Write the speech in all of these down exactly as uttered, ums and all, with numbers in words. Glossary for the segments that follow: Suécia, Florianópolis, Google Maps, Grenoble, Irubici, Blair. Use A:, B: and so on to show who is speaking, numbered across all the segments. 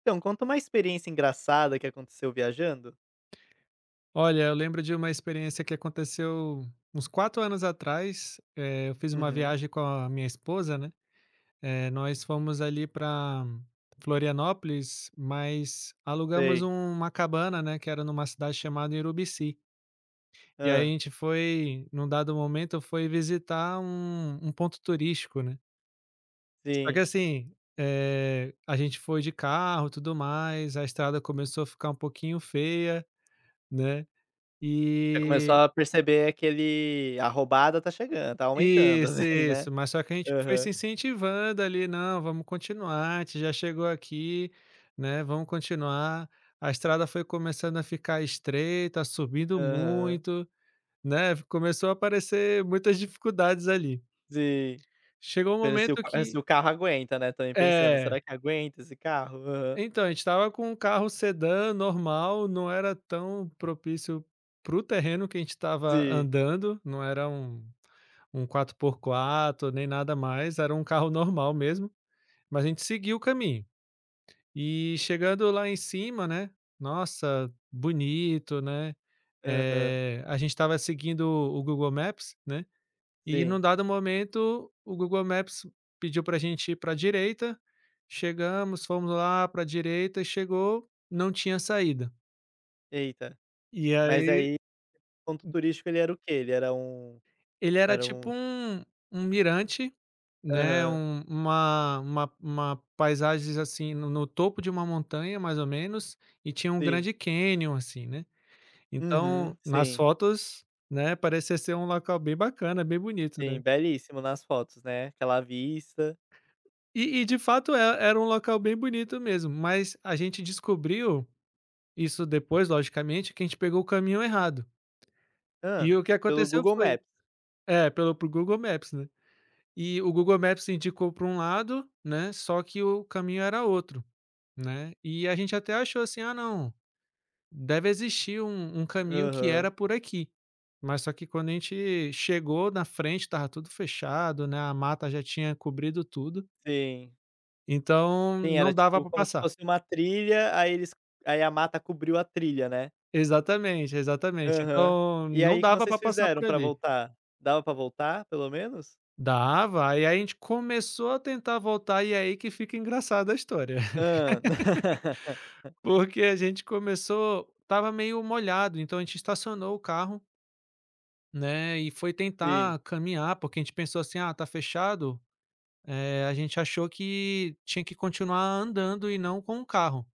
A: Então, conta uma experiência engraçada que aconteceu viajando.
B: Olha, eu lembro de uma experiência que aconteceu uns quatro anos atrás, eh, eu fiz uma
A: Uhum.
B: viagem com a minha esposa, né, eh, nós fomos ali para Florianópolis, mas alugamos
A: Sei.
B: um- uma cabana, né, que era numa cidade chamada Irubici. E aí a
A: Hã,
B: gente foi num dado momento, foi visitar um um ponto turístico, né. Só que
A: sim.
B: assim, eh, a gente foi de carro, tudo mais, a estrada começou a ficar um pouquinho feia, né,
A: Você começou
B: e
A: a perceber aquele a roubada tá chegando, tá aumentando,
B: isso,
A: assim, né.
B: isso. Mas só que a gente foi se
A: Aham,
B: incentivando ali: "Não, vamos continuar, a gente já chegou aqui, né, vamos continuar". A estrada foi começando a ficar estreita, subindo
A: aham.
B: muito, né, começou a aparecer muitas dificuldades ali.
A: Sim.
B: Chegou um
A: Vendo se o
B: momento
A: ca
B: que
A: se o carro aguenta, né, também pensando:
B: é,
A: "Será que aguenta esse carro?" Aham.
B: então, a gente estava com um carro sedã normal, não era tão propício para o terreno que a gente estava
A: Sim.
B: andando, não era um um quatro por quatro nem nada mais, era um carro normal mesmo. Mas a gente seguiu o caminho. E chegando lá em cima, né, nossa, bonito, né,
A: Aham.
B: eh, a gente estava seguindo o Google Maps, né, e num
A: Sim.
B: dado momento o Google Maps pediu para a gente ir para a direita, chegamos, fomos lá para a direita e chegou, não tinha saída.
A: Eita.
B: E
A: Mas
B: aí,
A: aí ponto turístico ele era o quê? Ele era um
B: ele era
A: era
B: tipo
A: um
B: um um mirante, né,
A: aham,
B: um uma uma uma paisagens, assim, no no topo de uma montanha, mais ou menos, e tinha um
A: sim.
B: grande cânion, assim, né.
A: Uhum,
B: Então, nas
A: sim,
B: fotos, né, parecia ser um local bem bacana, bem bonito,
A: sim.
B: né.
A: Belíssimo nas fotos, né, aquela vista.
B: E e de fato é era um local bem bonito mesmo, mas a gente descobriu, isso depois logicamente, que a gente pegou o caminho errado. E
A: Hã.
B: o que
A: Pelo
B: aconteceu
A: Google
B: foi
A: Maps.
B: é, pelo para Google Maps, né. E o Google Maps indicou para um lado, né, só que o caminho era outro, né. E a gente até achou assim: "Ah não, deve existir um um caminho que
A: Aham.
B: era por aqui". Mas só que quando a gente chegou na frente, tava tudo fechado, né, a mata já tinha cobrido tudo,
A: Sim.
B: então
A: Sim,
B: não
A: era
B: dava
A: tipo
B: para
A: como se
B: passar.
A: fosse uma trilha, aí eles aí a mata cobriu a trilha, né.
B: Exatamente, exatamente.
A: Aham.
B: Então
A: E
B: não
A: aí como
B: dava para
A: vocês
B: passar por
A: fizeram pra
B: ali.
A: voltar? Dava pra voltar, pelo menos?
B: Dava, aí a gente começou a tentar voltar e é aí que fica engraçada a história.
A: Hã.
B: Porque a gente começou tava meio molhado, então a gente estacionou o carro, né, e foi
A: Sim.
B: tentar caminhar, porque a gente pensou assim: "Ah, tá fechado", eh, a gente achou que tinha que continuar andando e não com o carro.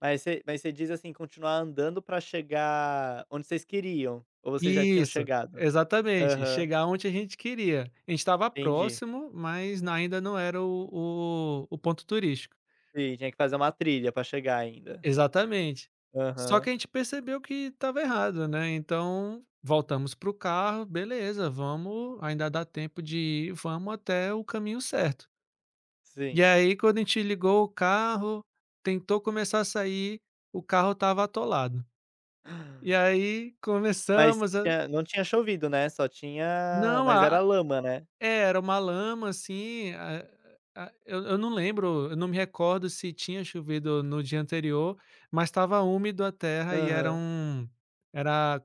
A: Mas você mas você diz, assim, continuar andando pra chegar onde vocês queriam, ou vocês já tinham
B: Isso,
A: chegado?
B: exatamente,
A: Aham,
B: chegar onde a gente queria. A gente estava
A: entendi.
B: próximo, mas na ainda não era o o o ponto turístico.
A: Sim, tinha que fazer uma trilha pra chegar ainda.
B: Exatamente. Só que
A: Aham,
B: a gente percebeu que estava errado, né, então voltamos para o carro, beleza, vamos ainda dá tempo de ir, vamos até o caminho certo. E
A: sim.
B: aí quando a gente ligou o carro, tentou começar a sair, o carro estava atolado. E aí
A: Mas
B: começamos a,
A: tinha não tinha chovido, né, só tinha
B: não,
A: mas
B: a
A: era lama, né.
B: é, era uma lama assim, a a eu eu não lembro, eu não me recordo se tinha chovido no dia anterior, mas estava úmido a terra e era
A: Aham.
B: um era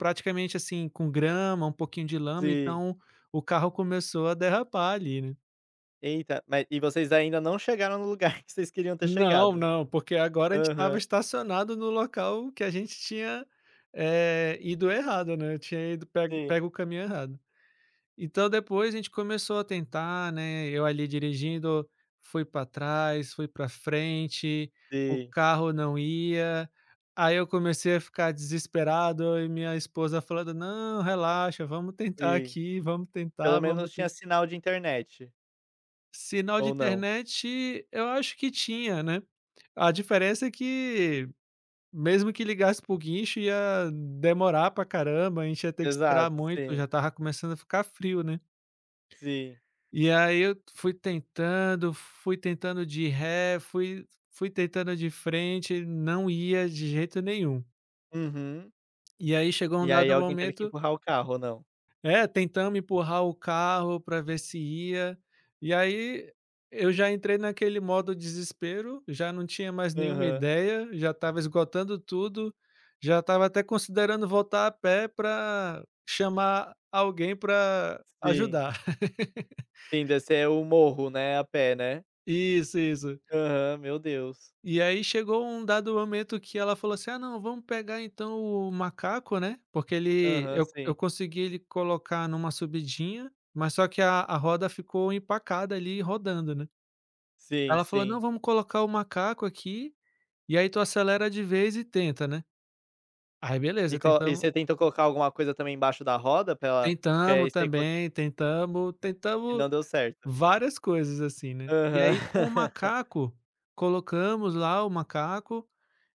B: praticamente, assim, com grama, um pouquinho de lama,
A: Sim.
B: então o carro começou a derrapar ali, né.
A: Eita, mas e vocês ainda não chegaram no lugar que vocês queriam ter
B: Não,
A: chegado.
B: não, porque agora a gente estava
A: Aham.
B: estacionado no local que a gente tinha, eh, ido errado, né, eu tinha ido pego
A: Sim,
B: pego o caminho errado. Então depois a gente começou a tentar, né, eu ali dirigindo, fui para trás, fui para frente, o
A: sim,
B: carro não ia, aí eu comecei a ficar desesperado e minha esposa falando: "Não, relaxa, vamos tentar
A: sim.
B: aqui, vamos tentar,
A: Pelo
B: vamos
A: menos
B: ten".
A: tinha sinal de internet,
B: Sinal de
A: ou não?
B: internet eu acho que tinha, né, a diferença é que mesmo que ligasse para o guincho ia demorar pra caramba, a gente ia ter que esperar
A: Exato,
B: muito, já
A: sim,
B: estava começando a ficar frio, né.
A: sim.
B: E aí eu fui tentando, fui tentando de ré, fui fui tentando de frente, não ia de jeito nenhum.
A: Uhum.
B: E aí chegou um
A: E aí
B: dado
A: alguém teve que
B: momento
A: empurrar o carro, ou não?
B: é, tentamos empurrar o carro para ver se ia, e aí eu já entrei naquele modo desespero, já não tinha mais nenhuma
A: Aham.
B: ideia, já estava esgotando tudo, já estava até considerando voltar a pé para chamar alguém para
A: Sim.
B: ajudar.
A: Sim, descer o morro, né, a pé, né.
B: Isso, isso.
A: Aham, meu Deus.
B: E aí chegou um dado momento que ela falou assim: "Ah não, vamos pegar então o macaco, né", porque ele
A: Aham,
B: eu eu
A: sim.
B: consegui ele colocar numa subidinha, mas só que a a roda ficou empacada ali rodando, né.
A: Sim,
B: Ela falou: "Não,
A: sim.
B: vamos colocar o macaco aqui, e aí tu acelera de vez e tenta, né". Aí
A: E
B: beleza,
A: co e
B: tentamos,
A: você tentou colocar alguma coisa também embaixo da roda pra ela porque
B: tentamos
A: aí você co
B: também, tentamos
A: e
B: tentamos
A: não deu certo.
B: várias coisas assim, né. E
A: Aham.
B: aí com o macaco, colocamos lá o macaco.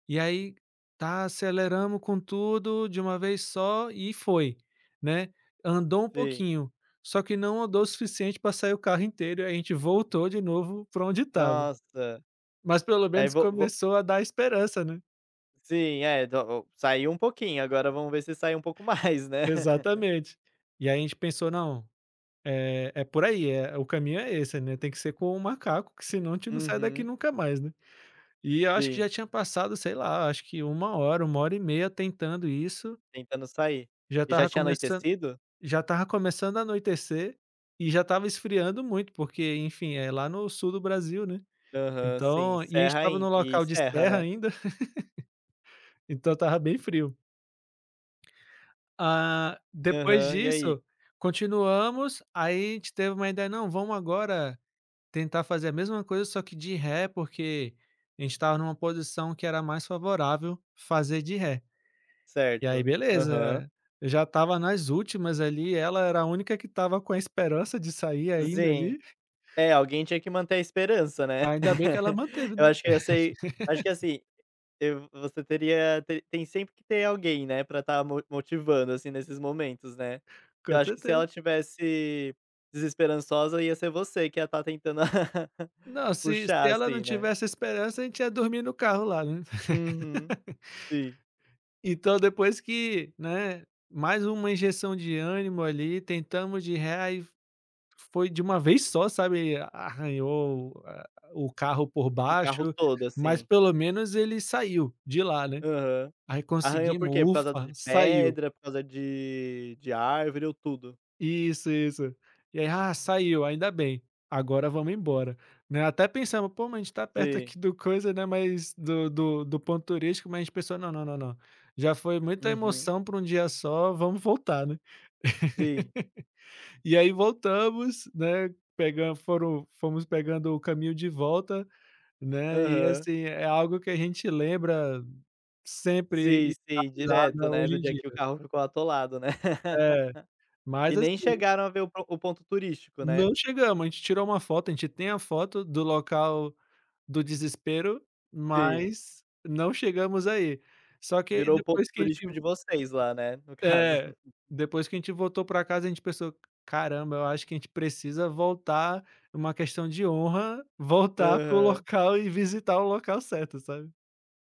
B: E aí, tá, aceleramos com tudo de uma vez só e foi, né. Andou um
A: Sim.
B: pouquinho, só que não andou o suficiente para sair o carro inteiro e a gente voltou de novo para onde estava.
A: Nossa.
B: Mas pelo
A: Aí
B: menos
A: vou, vou.
B: começou a dar esperança, né.
A: Sim, é, do o saiu um pouquinho, agora vamos ver se sai um pouco mais, né.
B: Exatamente. E aí a gente pensou: "Não, é é por aí, é o caminho é esse, né, tem que ser com o macaco que senão a gente não sai daqui
A: Uhum.
B: nunca mais, né". E eu acho que
A: Sim,
B: já tinha passado, sei lá, acho que uma hora, uma hora e meia tentando isso,
A: tentando sair.
B: já
A: E já
B: tava
A: tinha
B: começando
A: anoitecido?
B: Já tava começando a anoitecer e já tava esfriando muito, porque, enfim, é lá no sul do Brasil, né.
A: Aham, sim,
B: Então e a gente
A: serra
B: tava num
A: ain e
B: local de
A: serra,
B: serra
A: né.
B: ainda, então tava bem frio. Ah, depois
A: Aham, e aí?
B: disso, continuamos, aí a gente teve uma ideia: "Não, vamos agora tentar fazer a mesma coisa, só que de ré, porque a gente tava numa posição que era mais favorável fazer de ré". E aí
A: Certo. Aham.
B: beleza, já tava nas últimas ali, ela era a única que tava com a esperança de sair ainda
A: Sim.
B: ali.
A: É, alguém tinha que manter a esperança, né.
B: Ainda bem que ela manteve,
A: Eu
B: né,
A: acho que eu sei acho que assim, eu você teria te tem sempre que ter alguém, né, pra estar motivando, assim, nesses momentos, né. Eu
B: com
A: acho que se
B: certeza.
A: ela tivesse desesperançosa, ia ser você que ia estar tentando
B: Não, se
A: puxar,
B: se ela não
A: assim, né.
B: tivesse esperança, a gente ia dormir no carro lá, né.
A: Uhum. Sim,
B: Então depois que, né, mais uma injeção de ânimo ali, tentamos de ré e foi de uma vez só, sabe, arranhou a o carro por
A: o carro
B: baixo,
A: todo,
B: mas
A: assim.
B: pelo menos ele saiu de lá, né.
A: Aham.
B: Aí
A: Arranhou
B: conseguimos,
A: por quê? Por causa
B: ufa,
A: de
B: saiu.
A: pedra, por causa de de árvore ou tudo?
B: Isso, isso. E aí: "Ah, saiu, ainda bem, agora vamos embora", né. Até pensamos: "Pô, mas a gente tá perto
A: Sim.
B: aqui do coisa, né, mas do do do ponto turístico", mas a gente pensou: "Não, não, não, não, já foi muita
A: Uhum.
B: emoção para um dia só, vamos voltar, né".
A: Sim.
B: E aí voltamos, né, pegando, foram fomos pegando o caminho de volta, né, e
A: Aham.
B: assim, é algo que a gente lembra sempre
A: Sim,
B: e dá
A: sim, direto,
B: risada
A: né,
B: hoje
A: do
B: em
A: dia
B: dia.
A: que o carro ficou atolado, né.
B: É, mas
A: E nem
B: assim,
A: chegaram a ver o po o ponto turístico, né.
B: não chegamos, a gente tirou uma foto, a gente tem a foto do local do desespero,
A: Sim,
B: mas não chegamos aí. Só que aí
A: virou o ponto
B: depois que a gente
A: turístico de vocês lá, né, no caso.
B: é, depois que a gente voltou para casa, a gente pensou: "Caramba, eu acho que a gente precisa voltar, uma questão de honra, voltar para o
A: Aham.
B: local e visitar o local certo", sabe.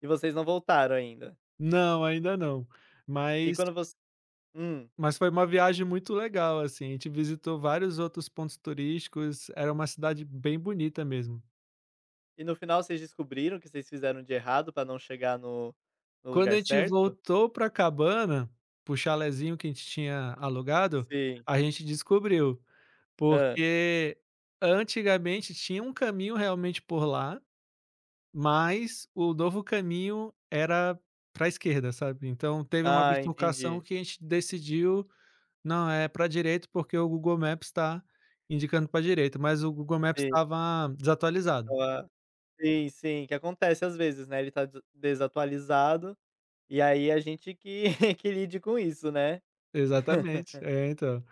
A: E vocês não voltaram ainda.
B: Não, ainda não,
A: E
B: mas
A: quando voc hum.
B: mas foi uma viagem muito legal, assim, a gente visitou vários outros pontos turísticos, era uma cidade bem bonita mesmo.
A: E no final vocês descobriram o que vocês fizeram de errado pra não chegar no no
B: Quando a
A: lugar
B: gente
A: certo?
B: voltou pra cabana, para o chalezinho que a gente tinha alugado,
A: Sim.
B: a gente descobriu,
A: Hã.
B: porque antigamente tinha um caminho realmente por lá, mas o novo caminho era pra esquerda, sabe. Então teve uma
A: Ah,
B: bifurcação
A: entendi.
B: que a gente decidiu: "Não, é pra direita, porque o Google Maps tá indicando pra direita", mas o Google Maps
A: Sim,
B: estava desatualizado.
A: aquela sim, sim, que acontece às vezes, né, ele tá des desatualizado, e aí a gente que que lide com isso, né.
B: Exatamente. É, então.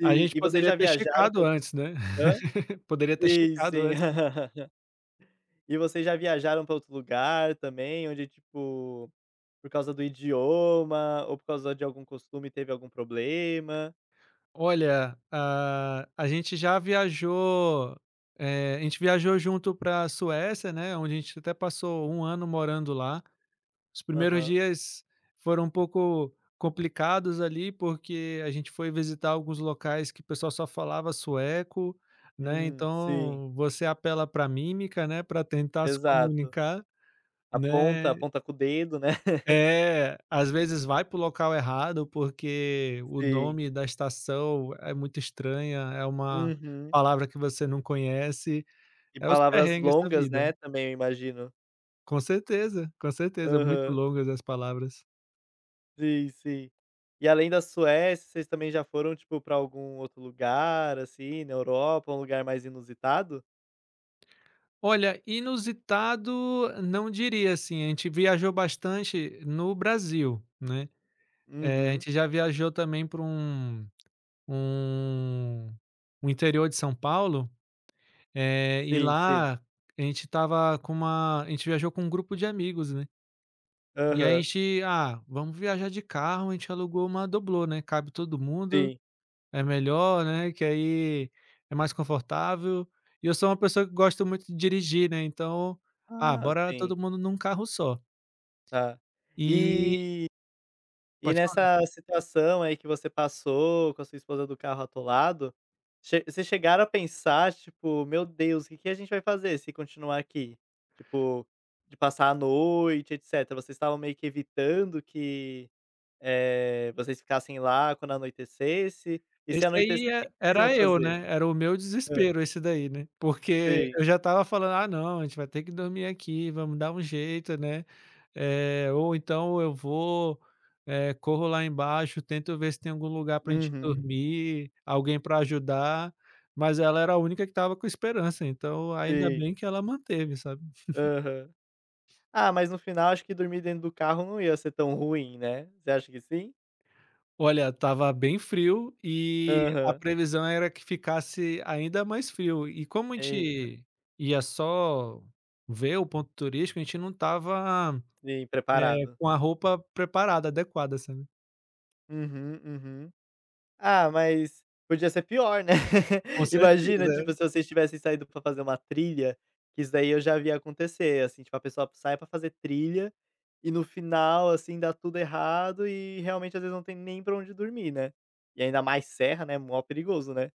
B: A gente
A: E vocês
B: poderia
A: já
B: ter
A: viajaram pra
B: checado
A: outros
B: antes, né.
A: hã?
B: Poderia ter
A: Sim,
B: checado
A: sim.
B: antes.
A: E vocês já viajaram pra outro lugar também, onde, tipo, por causa do idioma ou por causa de algum costume teve algum problema?
B: Olha, a a gente já viajou, eh, a gente viajou junto pra Suécia, né, onde a gente até passou um ano morando lá. Os primeiros
A: Aham.
B: dias foram um pouco complicados ali, porque a gente foi visitar alguns locais que o pessoal só falava sueco, né,
A: Hum, sim,
B: então você apela para mímica, né, para tentar se
A: exato.
B: comunicar,
A: Aponta,
B: né.
A: aponta com o dedo, né.
B: É, às vezes vai para o local errado, porque o
A: Sim.
B: nome da estação é muito estranha, é uma
A: Uhum.
B: palavra que você não conhece,
A: E
B: é os
A: palavras
B: perrengues da
A: longas,
B: vida.
A: né, também eu imagino.
B: Com certeza, com certeza, muito
A: Aham.
B: longas as palavras.
A: Sim, sim. E além da Suécia, vocês também já foram, tipo, pra algum outro lugar, assim, na Europa, um lugar mais inusitado?
B: Olha, inusitado não diria, assim, a gente viajou bastante no Brasil, né, eh, a
A: Uhum.
B: gente já viajou também para um um um interior de São Paulo. Eh, e
A: Sim, sim.
B: lá a gente estava com uma a gente viajou com um grupo de amigos, né. E aí a
A: Aham.
B: gente: "Ah, vamos viajar de carro", a gente alugou uma doblô, né, cabe todo mundo,
A: Sim.
B: é melhor, né, que aí é mais confortável. E eu sou uma pessoa que gosta muito de dirigir, né, então: "Ah,
A: Ah,
B: bora
A: sim.
B: todo mundo num carro só".
A: Tá.
B: E
A: E e
B: pode falar.
A: nessa situação aí que você passou com a sua esposa do carro atolado, che vocês chegaram a pensar, tipo: "Meu Deus, o que que a gente vai fazer se continuar aqui?" Tipo, de passar a noite, etcétera. Vocês estavam meio que evitando que, eh, vocês ficassem lá quando anoitecesse? E se
B: Esse
A: anoitecesse,
B: aí
A: o
B: é
A: que vocês iam
B: era eu,
A: fazer?
B: né, era o meu
A: Hã.
B: desespero esse daí, né, porque
A: Sim.
B: eu já estava falando: "Ah não, a gente vai ter que dormir aqui, vamos dar um jeito, né, eh, ou então eu vou, eh, corro lá embaixo, tento ver se tem algum lugar pra gente
A: Uhum.
B: dormir, alguém pra ajudar", mas ela era a única que estava com esperança, então ainda
A: Sim.
B: bem que ela manteve, sabe.
A: Aham. Ah, mas no final acho que dormir dentro do carro não ia ser tão ruim, né? Você acha que sim?
B: Olha, estava bem frio e a
A: Aham.
B: previsão era que ficasse ainda mais frio. E como a
A: Eita,
B: gente ia só ver o ponto turístico, a gente não estava,
A: sim,
B: eh,
A: preparado.
B: com a roupa preparada, adequada, sabe.
A: Uhum, uhum. Ah, mas podia ser pior, né?
B: Com
A: Imagina, tipo,
B: certeza.
A: se vocês tivessem saído pra fazer uma trilha, que isso daí eu já vi acontecer, assim, tipo, a pessoa sai pra fazer trilha e no final, assim, dá tudo errado e realmente às vezes não tem nem pra onde dormir, né? E ainda mais serra, né? Mó perigoso, né?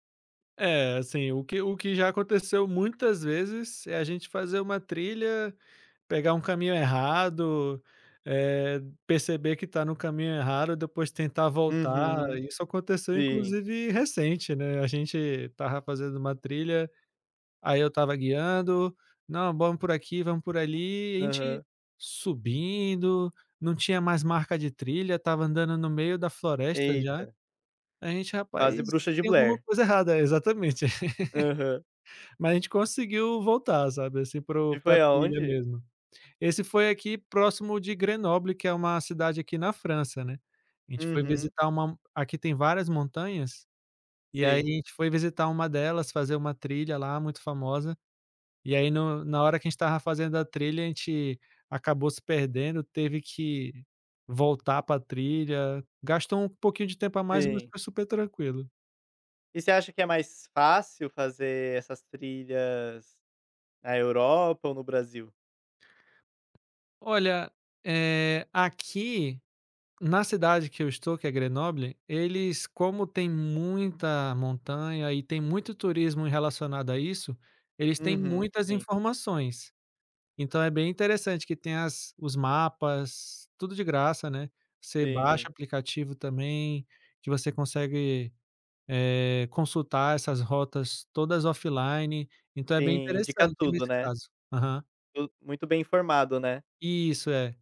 B: É, assim, o que o que já aconteceu muitas vezes é a gente fazer uma trilha, pegar um caminho errado, eh, perceber que está no caminho errado, depois tentar voltar.
A: Uhum.
B: Isso aconteceu
A: Sim.
B: inclusive recente, né, a gente estava fazendo uma trilha, aí eu estava guiando: "Não, vamos por aqui, vamos por ali", e a gente
A: Aham.
B: subindo, não tinha mais marca de trilha, estava andando no meio da floresta já.
A: Eita,
B: A gente:
A: quase
B: "Rapaz,
A: bruxa de
B: tem alguma
A: Blair.
B: coisa errada". Exatamente.
A: Aham.
B: Mas a gente conseguiu voltar, sabe, assim, para o
A: E
B: pra
A: foi
B: trilha
A: aonde?
B: mesmo. Esse foi aqui próximo de Grenoble, que é uma cidade aqui na França, né. A gente foi
A: Uhum.
B: visitar uma, aqui tem várias montanhas, e aí a
A: Sim.
B: gente foi visitar uma delas, fazer uma trilha lá muito famosa, e aí no na hora que a gente estava fazendo a trilha, a gente acabou se perdendo, teve que voltar pra trilha, gastou um pouquinho de tempo a mais, mas
A: Sim.
B: foi super tranquilo.
A: E você acha que é mais fácil fazer essas trilhas na Europa ou no Brasil?
B: Olha, eh, aqui na cidade que eu estou, que é Grenoble, eles como tem muita montanha e tem muito turismo relacionado a isso, eles têm
A: Uhum.
B: muitas
A: Sim,
B: informações. Então é bem interessante que tem as os mapas, tudo de graça, né. Você baixa
A: sim,
B: aplicativo também, que você consegue, eh, consultar essas rotas todas offline, então é bem
A: sim, indica
B: interessante
A: tudo,
B: nesse
A: né.
B: caso. Aham.
A: Tu muito bem informado, né.
B: Isso, é.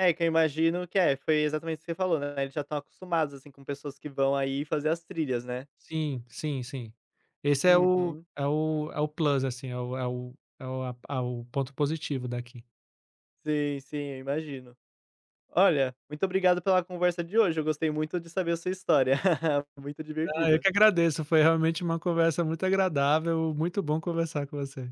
A: É, que eu imagino que é, foi exatamente o que você falou, né, eles já estão acostumados, assim, com pessoas que vão aí fazer as trilhas, né.
B: Sim, sim, sim. Esse é o
A: Uhum.
B: é o é o plus, assim, é o é o é o a a o ponto positivo daqui.
A: Sim, sim, eu imagino. Olha, muito obrigado pela conversa de hoje, eu gostei muito de saber a sua história. Muito
B: Ah, eu
A: divertida.
B: que agradeço, foi realmente uma conversa muito agradável, muito bom conversar com você.